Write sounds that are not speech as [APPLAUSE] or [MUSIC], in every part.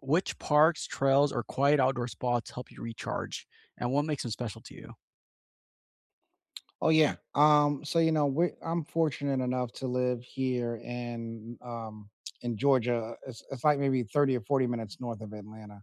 Which parks, trails, or quiet outdoor spots help you recharge, and what makes them special to you? Oh yeah. We I'm fortunate enough to live here in Georgia. It's like maybe 30 or 40 minutes north of Atlanta.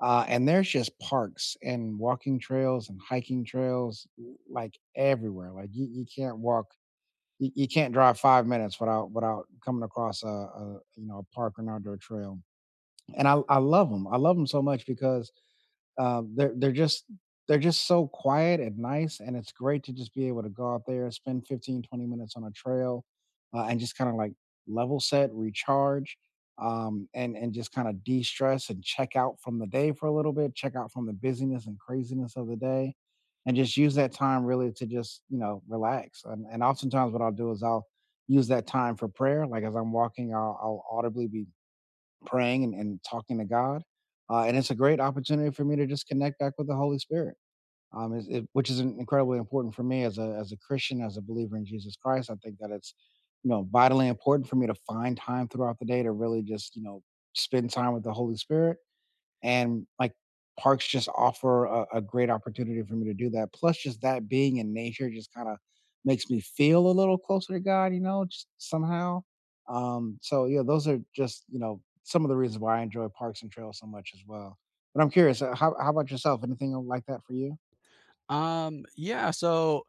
And there's just parks and walking trails and hiking trails like everywhere. Like you can't walk you can't drive 5 minutes without coming across a a park or an outdoor trail. And I love them. I love them so much because um, they're they're just they're just so quiet and nice, and it's great to just be able to go out there, spend 15, 20 minutes on a trail, and just kind of like level set, recharge, and just kind of de stress and check out from the day for a little bit, check out from the busyness and craziness of the day, and just use that time really to just relax. And oftentimes, what I'll do is I'll use that time for prayer. Like as I'm walking, I'll audibly be praying and talking to God. And it's a great opportunity for me to just connect back with the Holy Spirit, which is incredibly important for me as a Christian, as a believer in Jesus Christ. I think that it's vitally important for me to find time throughout the day to really just spend time with the Holy Spirit and like parks just offer a great opportunity for me to do that. Plus, just that being in nature just kind of makes me feel a little closer to God, you know, just somehow. So yeah, those are just some of the reasons why I enjoy parks and trails so much as well. But I'm curious, how about yourself? Anything like that for you? Yeah, so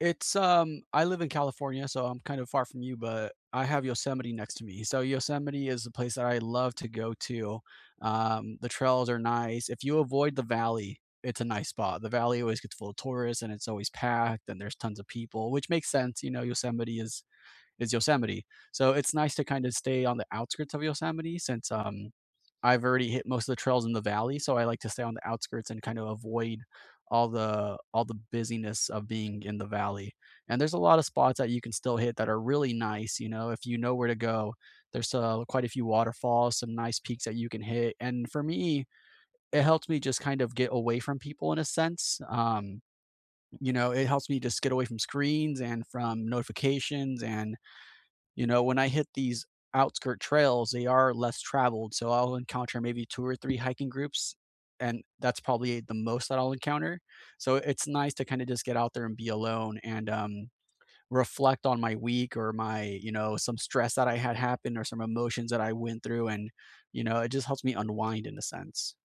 it's I live in California, so I'm kind of far from you, but I have Yosemite next to me. So Yosemite is the place that I love to go to. The trails are nice. If you avoid the valley, it's a nice spot. The valley always gets full of tourists, and it's always packed, and there's tons of people, which makes sense. You know, Yosemite is Yosemite, so it's nice to kind of stay on the outskirts of Yosemite since I've already hit most of the trails in the valley, so I like to stay on the outskirts and kind of avoid all the busyness of being in the valley. And there's a lot of spots that you can still hit that are really nice, you know, if you know where to go. There's quite a few waterfalls, some nice peaks that you can hit. And for me, it helps me just kind of get away from people in a sense. You know, it helps me just get away from screens and from notifications and you know, when I hit these outskirt trails, they are less traveled. So I'll encounter maybe two or three hiking groups, and that's probably the most that I'll encounter. So it's nice to kind of just get out there and be alone and reflect on my week or my, you know, some stress that I had happen or some emotions that I went through. And, you know, it just helps me unwind in a sense.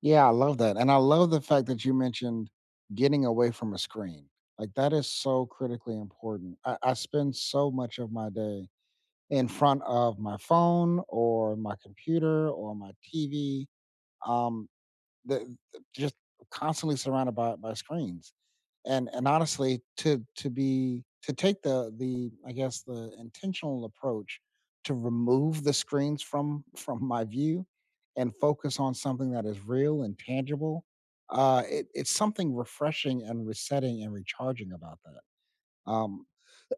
Yeah, I love that, and I love the fact that you mentioned getting away from a screen. Like that is so critically important. I spend so much of my day in front of my phone or my computer or my TV. Um, just constantly surrounded by screens, and honestly, to take the I guess the intentional approach to remove the screens from [LAUGHS] from my view and focus on something that is real and tangible. It's something refreshing and resetting and recharging about that. Um,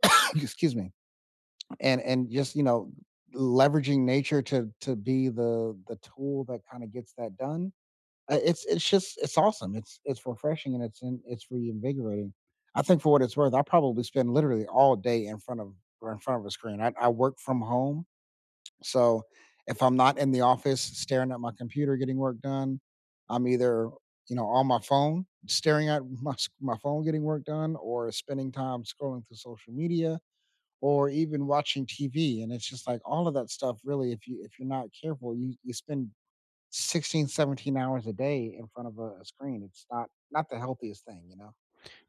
[COUGHS] excuse me and just leveraging nature to be the tool that kind of gets that done. It's awesome. It's refreshing and it's reinvigorating. I think for what it's worth, I probably spend literally all day in front of or in front of a screen. I work from home. So if I'm not in the office staring at my computer getting work done, I'm either on my phone staring at [LAUGHS] my phone getting work done or spending time scrolling through social media or even watching TV. And it's just like all of that stuff really, if you're not careful, you spend 16, 17 hours a day in front of a screen. It's not the healthiest thing, you know?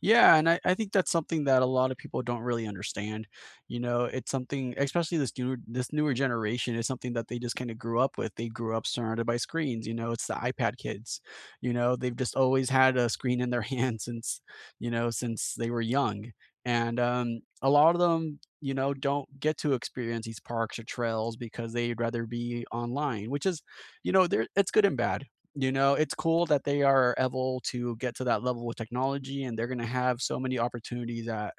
Yeah, and I think that's something that a lot of people don't really understand. You know, it's something, especially this newer generation, is something that they just kind of grew up with. They grew up surrounded by screens. You know, it's the iPad kids. You know, they've just always had a screen in their [LAUGHS] hand since you know since they were young, and a lot of them, you know, don't get to experience these parks or trails because they'd rather be online, which is, you know, there it's good and bad, you know, it's cool that they are able to get to that level with technology and they're gonna have so many opportunities that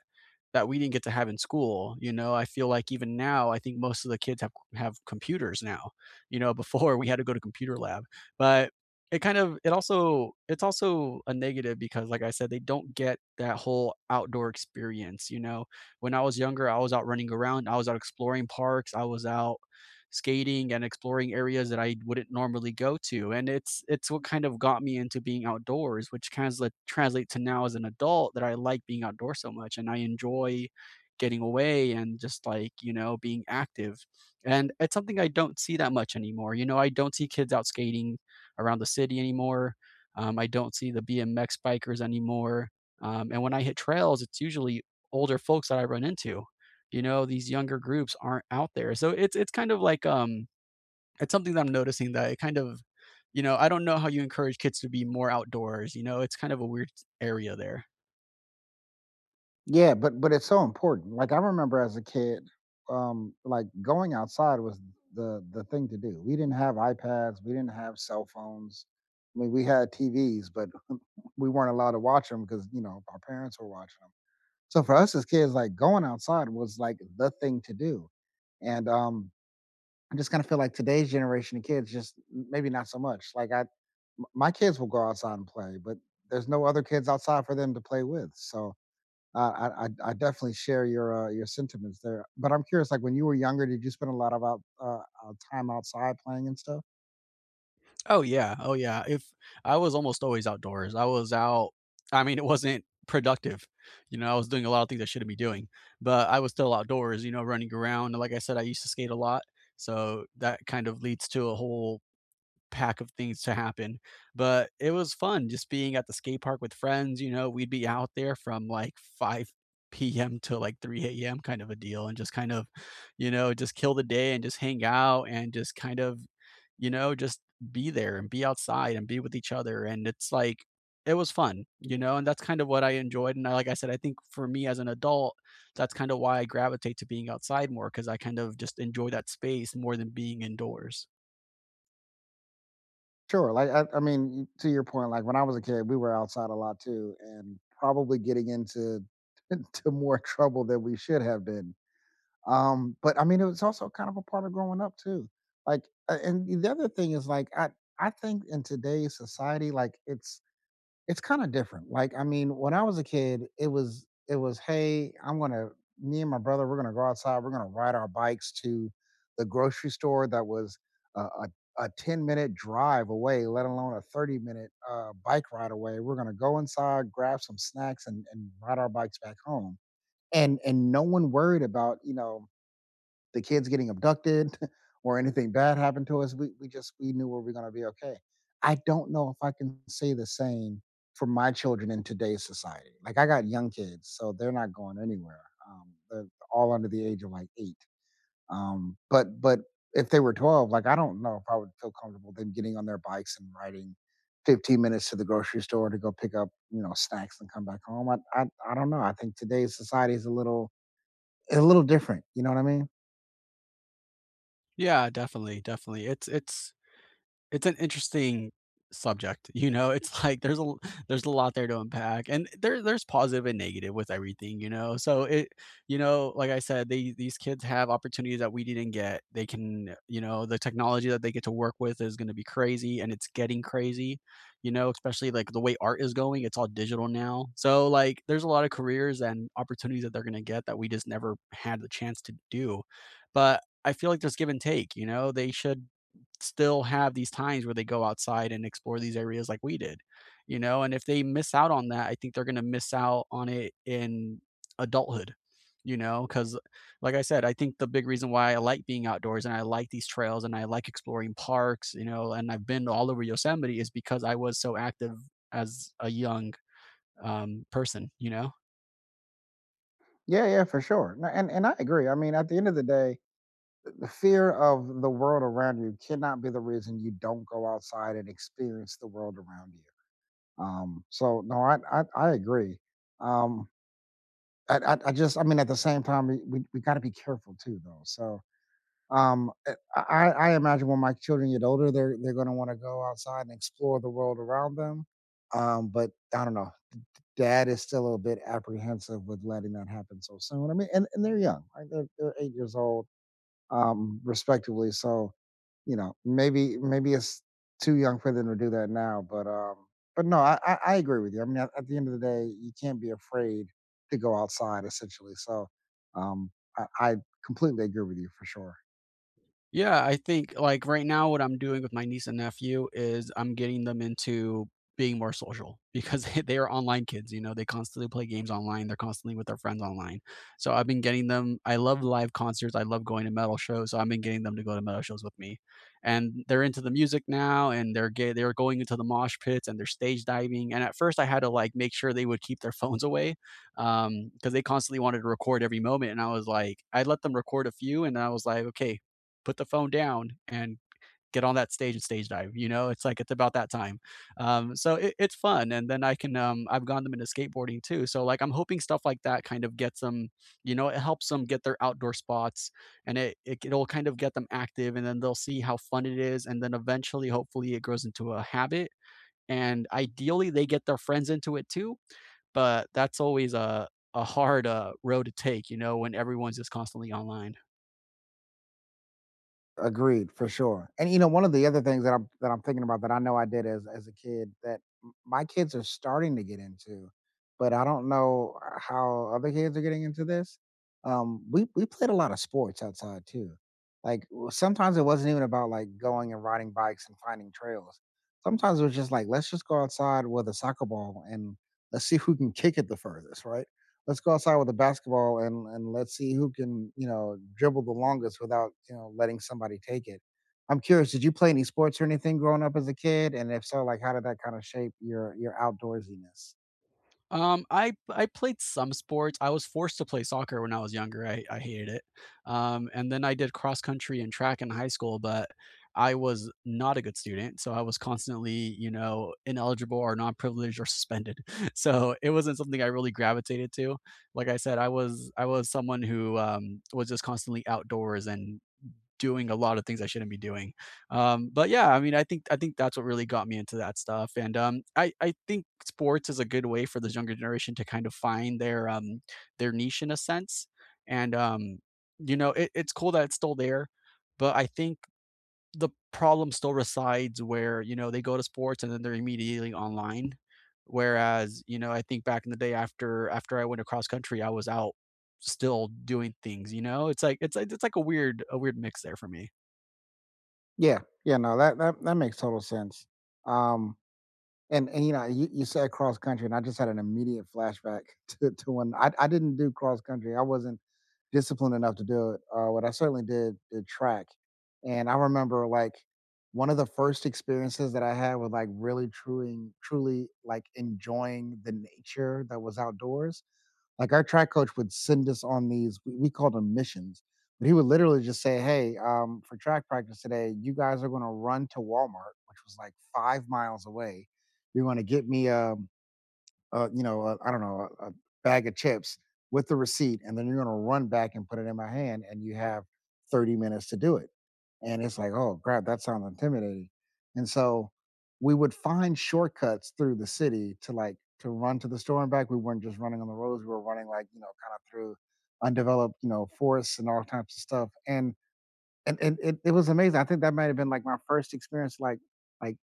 we didn't get to have in school, you know? I feel like even now, I think most of the kids have computers now, you know, [LAUGHS] before we had to go to computer lab. But it kind of it also it's also a negative because like I said, they don't get that whole outdoor experience, you know? When I was younger, I was out running around, I was out exploring parks, I was out skating and exploring areas that I wouldn't normally go to. And it's what kind of got me into being outdoors, which translate translate to now as an adult that I like being outdoors so much and I enjoy getting away and just like, you know, being active. And it's something I don't see that much anymore. You know, I don't see kids out skating around the city anymore. I don't see the BMX bikers anymore. And when I hit trails, it's usually older folks that I run into, you know, these younger groups aren't out there. So it's kind of like, it's something that I'm noticing that it kind of, you know, I don't know how you encourage kids to be more outdoors, you know, it's kind of a weird area there. Yeah, but it's so important. Like I remember as a kid, like going outside was the thing to do. We didn't have iPads, we didn't have cell phones. I mean, we had TVs, but we weren't allowed to watch them because our parents were watching them. So for us as kids, like going outside was like the thing to do, and I just kind of feel like today's generation of kids just maybe not so much. My kids will go outside and play, but there's no other kids outside for them to play with. Uh, I definitely share your sentiments there. But I'm curious, like when you were younger, did you spend a lot of time outside playing and stuff? Oh yeah. Oh yeah. If I was almost always outdoors. I mean, it wasn't productive. You know, I was doing a lot of things I shouldn't be doing, but I was still outdoors, you know, running around. And like I said, I used to skate a lot. So that kind of leads to a whole pack of things to happen. But it was fun just being at the skate park with friends. You know, we'd be out there from like 5 p.m. to like 3 a.m. kind of a deal and just kind of, you know, just kill the day and just hang out and just kind of, you know, just be there and be outside and be with each other. And it's like, it was fun, you know, and that's kind of what I enjoyed. And like I said, I think for me as an adult, that's kind of why I gravitate to being outside more because I kind of just enjoy that space more than being indoors. Sure. I mean, to your point, like when I was a kid, we were outside a lot too, and probably getting into [LAUGHS] to more trouble than we should have been. But I mean, it was also kind of a part of growing up too. And the other thing is like, I think in today's society, like it's kind of different. Like, I mean, when I was a kid, it was, hey, I'm gonna me and my brother, we're gonna go outside, we're gonna ride our bikes to the grocery store that was a, a a 10-minute drive away, let alone a 30 minute bike ride away. We're going to go inside, grab some snacks and ride our bikes back home. And no one worried about, you know, the kids getting abducted [LAUGHS] or anything bad happened to us. We knew we were gonna be okay. I don't know if I can say the same for my children in today's society. Like I got young kids, so they're not going anywhere. They're all under the age of like eight. But if they were 12, like I don't know if I would feel comfortable them getting on their bikes and riding 15 minutes to the grocery store to go pick up snacks and come back home. I don't know. I think today's society is a little different, you know what I mean? Yeah, definitely, definitely. It's it's an interesting subject, you know, it's [LAUGHS] like there's a lot there to unpack, and there's positive and negative with everything, you know, so it, you know, like I said, they these kids have opportunities that we didn't get. They can, you know, the technology that they get to work with is gonna be crazy, and it's getting crazy, you know, especially, like, the way art is going, it's all digital now, so, like, there's a lot of careers and opportunities that they're gonna get that we just never had the chance to do, but I feel like there's give and take, you know, they should still have these times where they go outside and explore these areas like we did, you know? And if they miss out on that, I think they're going to miss out on it in adulthood, you know? Because, like I said, I think the big reason why I like being outdoors and I like these trails and I like exploring parks, you know, and I've been all over Yosemite is because I was so active as a young person, you know? Yeah, yeah, for sure. No, and I agree. I mean, at the end of the day, the fear of the world around you cannot be the reason you don't go outside and experience the world around you. No, I agree. Um, I just I mean, at the same time, we got to be careful too, though. So I imagine when my children get older, they're going to want to go outside and explore the world around them. But I don't know, dad is still a bit apprehensive with letting that happen so soon. I mean, and they're young, right? They're 8 years old, respectively. So, you know, maybe it's too young for them to do that now. But no, I agree with you. I mean, at the end of the day, you can't be afraid to go outside, essentially. So, um, I completely agree with you for sure. Yeah, I think like right now what I'm doing with my niece and nephew is I'm getting them into being more social [LAUGHS] because they are online kids, you know, they constantly play games online, they're constantly with their friends online. So I've been getting them, I love live concerts, I love going to metal shows, so I've been getting them to go to metal shows with me. And they're into the music now and they're gay, they're going into the mosh pits and they're stage diving. And at first I had to like make sure they would keep their [LAUGHS] phones away because they constantly wanted to record every moment and I was like I let them record a few and I was like okay, put the phone down and get on that stage and stage dive. You know, it's like it's about that time. So it's fun, and then I can I've gone them into skateboarding too. So like I'm hoping stuff like that kind of gets them. You know, it helps them get their outdoor spots, and it it'll kind of get them active, and then they'll see how fun it is, and then eventually, hopefully, it grows into a habit. And ideally, they get their friends into it too. But that's always a hard road to take, you know, when everyone's just constantly online. Agreed, for sure. And you know, one of the other things that I'm thinking about that I know I did as a kid that my kids are starting to get into, but I don't know how other kids are getting into this. We played a lot of sports outside too. Like sometimes it wasn't even about like going and riding bikes and finding trails. Sometimes it was just like let's just go outside with a soccer ball and let's see who can kick it the furthest, right? Let's go outside with a basketball and let's see who can dribble the longest without letting somebody take it. I'm curious, did you play any sports or anything growing up as a kid? And if so, like how did that kind of shape your outdoorsiness? I played some sports. I was forced to play soccer when I was younger. I hated it. And then I did cross country and track in high school, but I was not a good student, so I was constantly, you know, ineligible or non-privileged or suspended. [LAUGHS] So it wasn't something I really gravitated to. Like I said, I was someone who was just constantly outdoors and doing a lot of things I shouldn't be doing. But yeah, I mean, I think that's what really got me into that stuff. And I think sports is a good way for this younger generation to kind of find their niche in a sense. And you know, it, it's cool that it's still there, but I think the problem still resides where you know they go to sports and then they're immediately online. Whereas you know, I think back in the day after I went across country, I was out still doing things. You know, it's like a weird mix there for me. Yeah, no, that makes total sense. um and, you know, you said cross country, and I just had an immediate flashback [LAUGHS] to when I didn't do cross country. I wasn't disciplined enough to do it, but I certainly did track. And I remember, like, one of the first experiences that I had with, like, really truing truly, like, enjoying the nature that was outdoors. Like our track coach would send us on these, we called them missions, but he would literally just say, "Hey, for track practice today, you guys are going to run to Walmart, which was like 5 miles away. You're going to get me I don't know, a bag of chips with the receipt, and then you're gonna run back and put it in my hand, and you have 30 minutes to do it." And it's like, oh crap, that sounds intimidating. And so we would find shortcuts through the city to like to run to the store and back. We weren't just running on the roads, we were running like, you know, kind of through undeveloped, you know, forests and all types of stuff. And it, it was amazing. I think that might have been like my first experience like like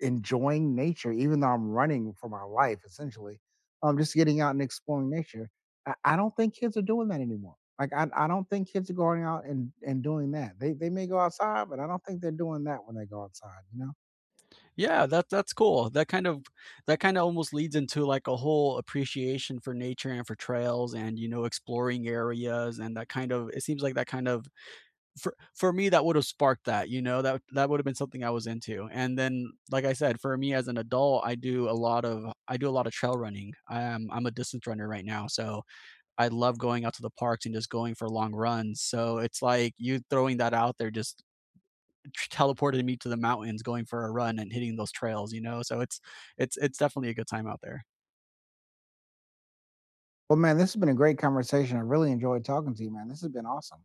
enjoying nature, even though I'm running for my life essentially. Just getting out and exploring nature. I don't think kids are doing that anymore. I don't think kids are going out and doing that. They may go outside, but I don't think they're doing that when they go outside, you know? Yeah, that that's cool. That kind of almost leads into like a whole appreciation for nature and for trails and you know exploring areas and that kind of it seems like that kind of, for me that would have sparked that, you know. That that would have been something I was into. And then like I said, for me as an adult, I do a lot of trail running. I'm a distance runner right now, so I love going out to the parks and just going for long runs. So it's like you throwing that out there just teleported me to the mountains going for a run and hitting those trails, you know, so it's definitely a good time out there. Well, man, this has been a great conversation. I really enjoyed talking to you, man. This has been awesome.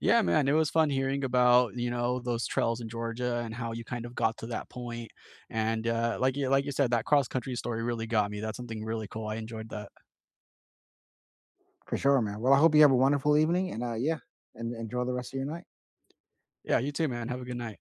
Yeah, man, it was fun hearing about you know those trails in Georgia and how you kind of got to that point. And like you, like you said, that cross country story really got me, that's something really cool, I enjoyed that. For sure, man. Well, I hope you have a wonderful evening and yeah, and enjoy the rest of your night. Yeah, you too, man, have a good night.